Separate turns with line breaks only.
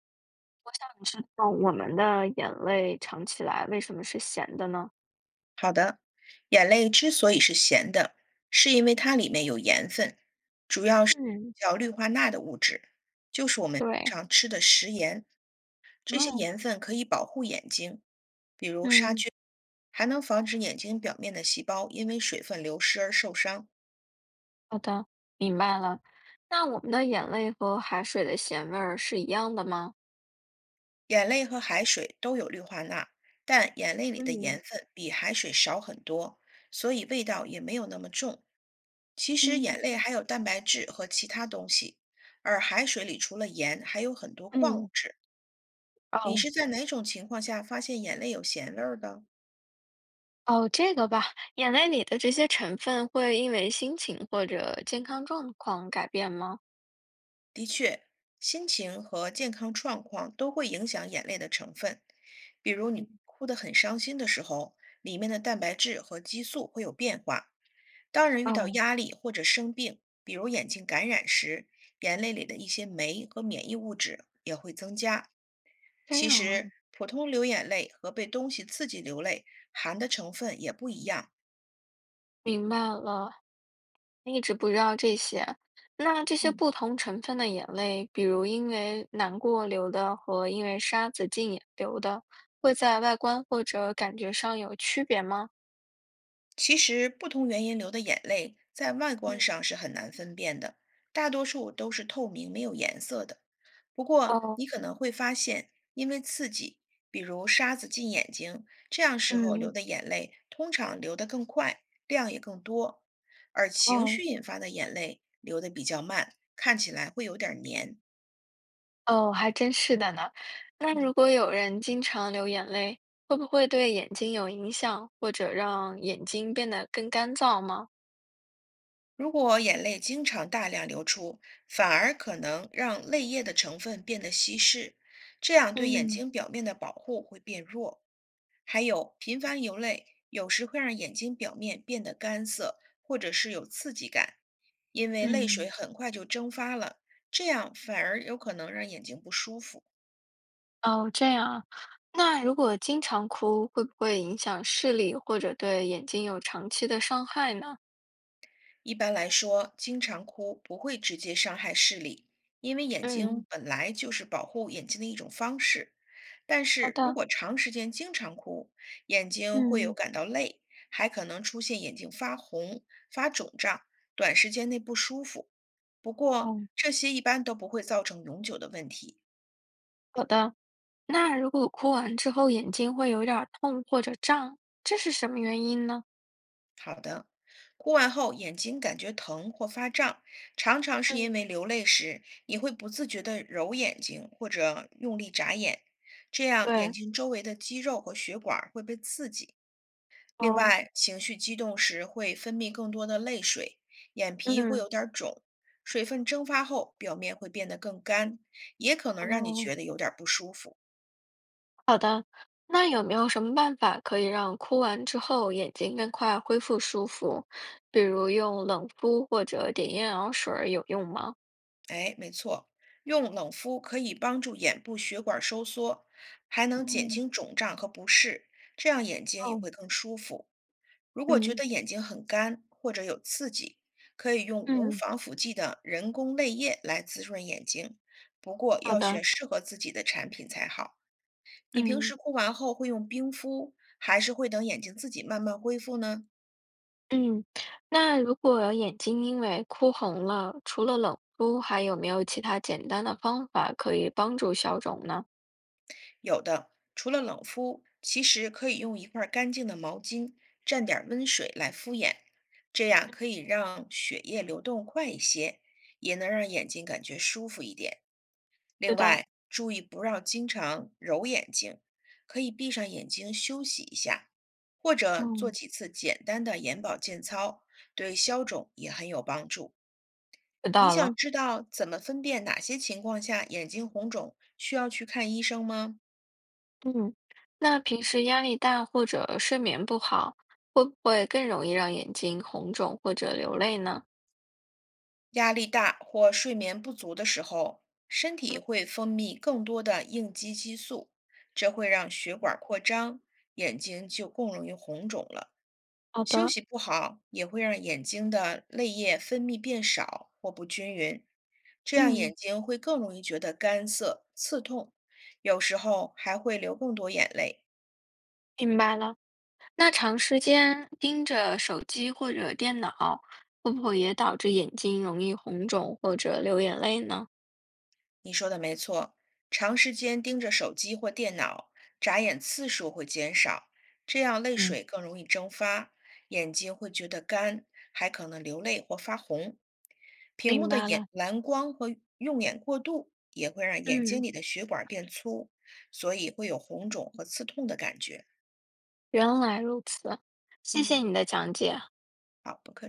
我想你知道我们的眼泪尝起来为什么是咸的呢？
好的，眼泪之所以是咸的，是因为它里面有盐分，主要是
嗯，
叫氯化钠的物质，就是我们平
对，
常吃的食盐。这些
哦，
盐分可以保护眼睛，比如杀
嗯，
菌，还能防止眼睛表面的细胞因为水分流失而受伤。
好的，明白了。那我们的眼泪和海水的咸味儿是一样的吗？
眼泪和海水都有氯化钠，但眼泪里的盐
嗯，
分比海水少很多，所以味道也没有那么重。其实眼
嗯，
泪还有蛋白质和其他东西，而海水里除了盐，还有很多矿物
嗯，
质。你
哦
是在哪种情况下发现眼泪有咸味儿的？
哦，这个吧，眼泪里的这些成分会因为心情或者健康状况改变吗？
的确，心情和健康状况都会影响眼泪的成分。比如
嗯，
你哭得很伤心的时候，里面的蛋白质和激素会有变化。当人遇到
哦，
压力或者生病，比如眼睛感染时，眼泪里的一些酶和免疫物质也会增加。
这
其
样
实，
啊，
普通流眼泪和被东西刺激流泪含的成分也不一样。
明白了。一直不知道这些。那这些
嗯，
不同成分的眼泪，比如因为难过流的和因为沙子进眼流的，会在外观或者感觉上有区别吗？
其实，不同原因流的眼泪在外观
嗯，
上是很难分辨的，大多数都是透明没有颜色的。不过，
哦，
你可能会发现，因为刺激，比如沙子进眼睛，这样时候流
嗯，
的眼泪通常流得更快，量也更多，而情
哦，
绪引发的眼泪流得比较慢，看起来会有点儿黏。
哦，还真是的呢。那
嗯。
如果有人经常流眼泪，会不会对眼睛有影响，或者让眼睛变得更干燥吗？
如果眼泪经常大量流出，反而可能让泪液的成分变得稀释，这样对眼
嗯
睛表面的保护会变弱。还有，频繁流泪有时会让眼睛表面变得干涩，或者是有刺激感，因为泪水
嗯，
很快就蒸发了，这样反而有可能让眼睛不舒服。
哦，这样。那如果经常哭，会不会影响视力或者对眼睛有长期的伤害呢？
一般来说，经常哭不会直接伤害视力，因为眼睛
嗯，
本来就是保护眼睛的一种方式。但
好
是如
的，
果长时间经常哭，眼睛会有
嗯，
感到累，还可能出现眼睛发红、发肿胀，短时间内不舒服。不过
哦，
这些一般都不会造成永久的问题，
好的。那如果哭完之后眼睛会有点儿痛或者胀，这是什么原因呢？
哭完后眼睛感觉疼或发胀，常常是因为
嗯，
流泪时你会不自觉地揉眼睛或者用力眨眼，这样眼
对，
睛周围的肌肉和血管儿会被刺激。另
哦，
外，情绪激动时会分泌更多的泪水，眼皮会
嗯，
有点儿肿，水分蒸发后表面会变得更干，也可能让你
哦，
觉得有点儿不舒服。
好的。那有没有什么办法可以让哭完之后眼睛更快恢复舒服？比如用冷敷或者点眼药水儿有用吗？
哎，没错，用冷敷可以帮助眼部血管收缩，还能减
嗯，
轻肿胀和不适，这样眼睛也
哦。
会更舒服。如果觉
嗯。
得眼睛很干或者有刺激，可以用无
嗯，
防腐剂的人工泪液来滋润眼睛，不过
好
要
的，
选适合自己的产品才好。你平
嗯
时哭完后会用冰敷，还是会等眼睛自己慢慢恢复呢？
嗯，那如果眼睛因为哭红了，除了冷敷，还有没有其他简单的方法可以帮助消肿呢？
有的，除了冷敷，其实可以用一块干净的毛巾蘸点温水来敷眼，这样可以让血液流动快一些，也能让眼睛感觉舒服一点。另
知道，
外，注意不要经常揉眼睛，可以闭上眼睛休息一下，或者做
嗯，
几次简单的眼保健操，对消肿也很有帮助。
知
你
道
想
了，
知道怎么分辨哪些情况下眼睛红肿需要去看医生吗？
嗯，那平时压力大或者睡眠不好，会不会更容易让眼睛红肿或者流泪呢？
压力大或睡眠不足的时候，身体会分泌更多的应激激素，这会让血管扩张，眼睛就更容易红肿了。
好
休
的，
息不好也会让眼睛的泪液分泌变少或不均匀，这样
嗯，
眼睛会更容易觉得干涩、刺痛，有时候还会流更多眼泪。
明白了。那长时间盯着手机或者电脑，会不会也导致眼睛容易红肿或者流眼泪呢？
你说的没错，长时间盯着手机或电脑，眨眼次数会减少，这样泪
嗯。
水更容易蒸发，眼睛会觉得干，还可能流泪或发红。屏幕
明
的
白
眼
了，
蓝光和用眼过度也会让眼睛
嗯，
里的血管变粗，所以会有红肿和刺痛的感觉。
原来如此，谢谢
嗯，
你的讲解。
好，不客气。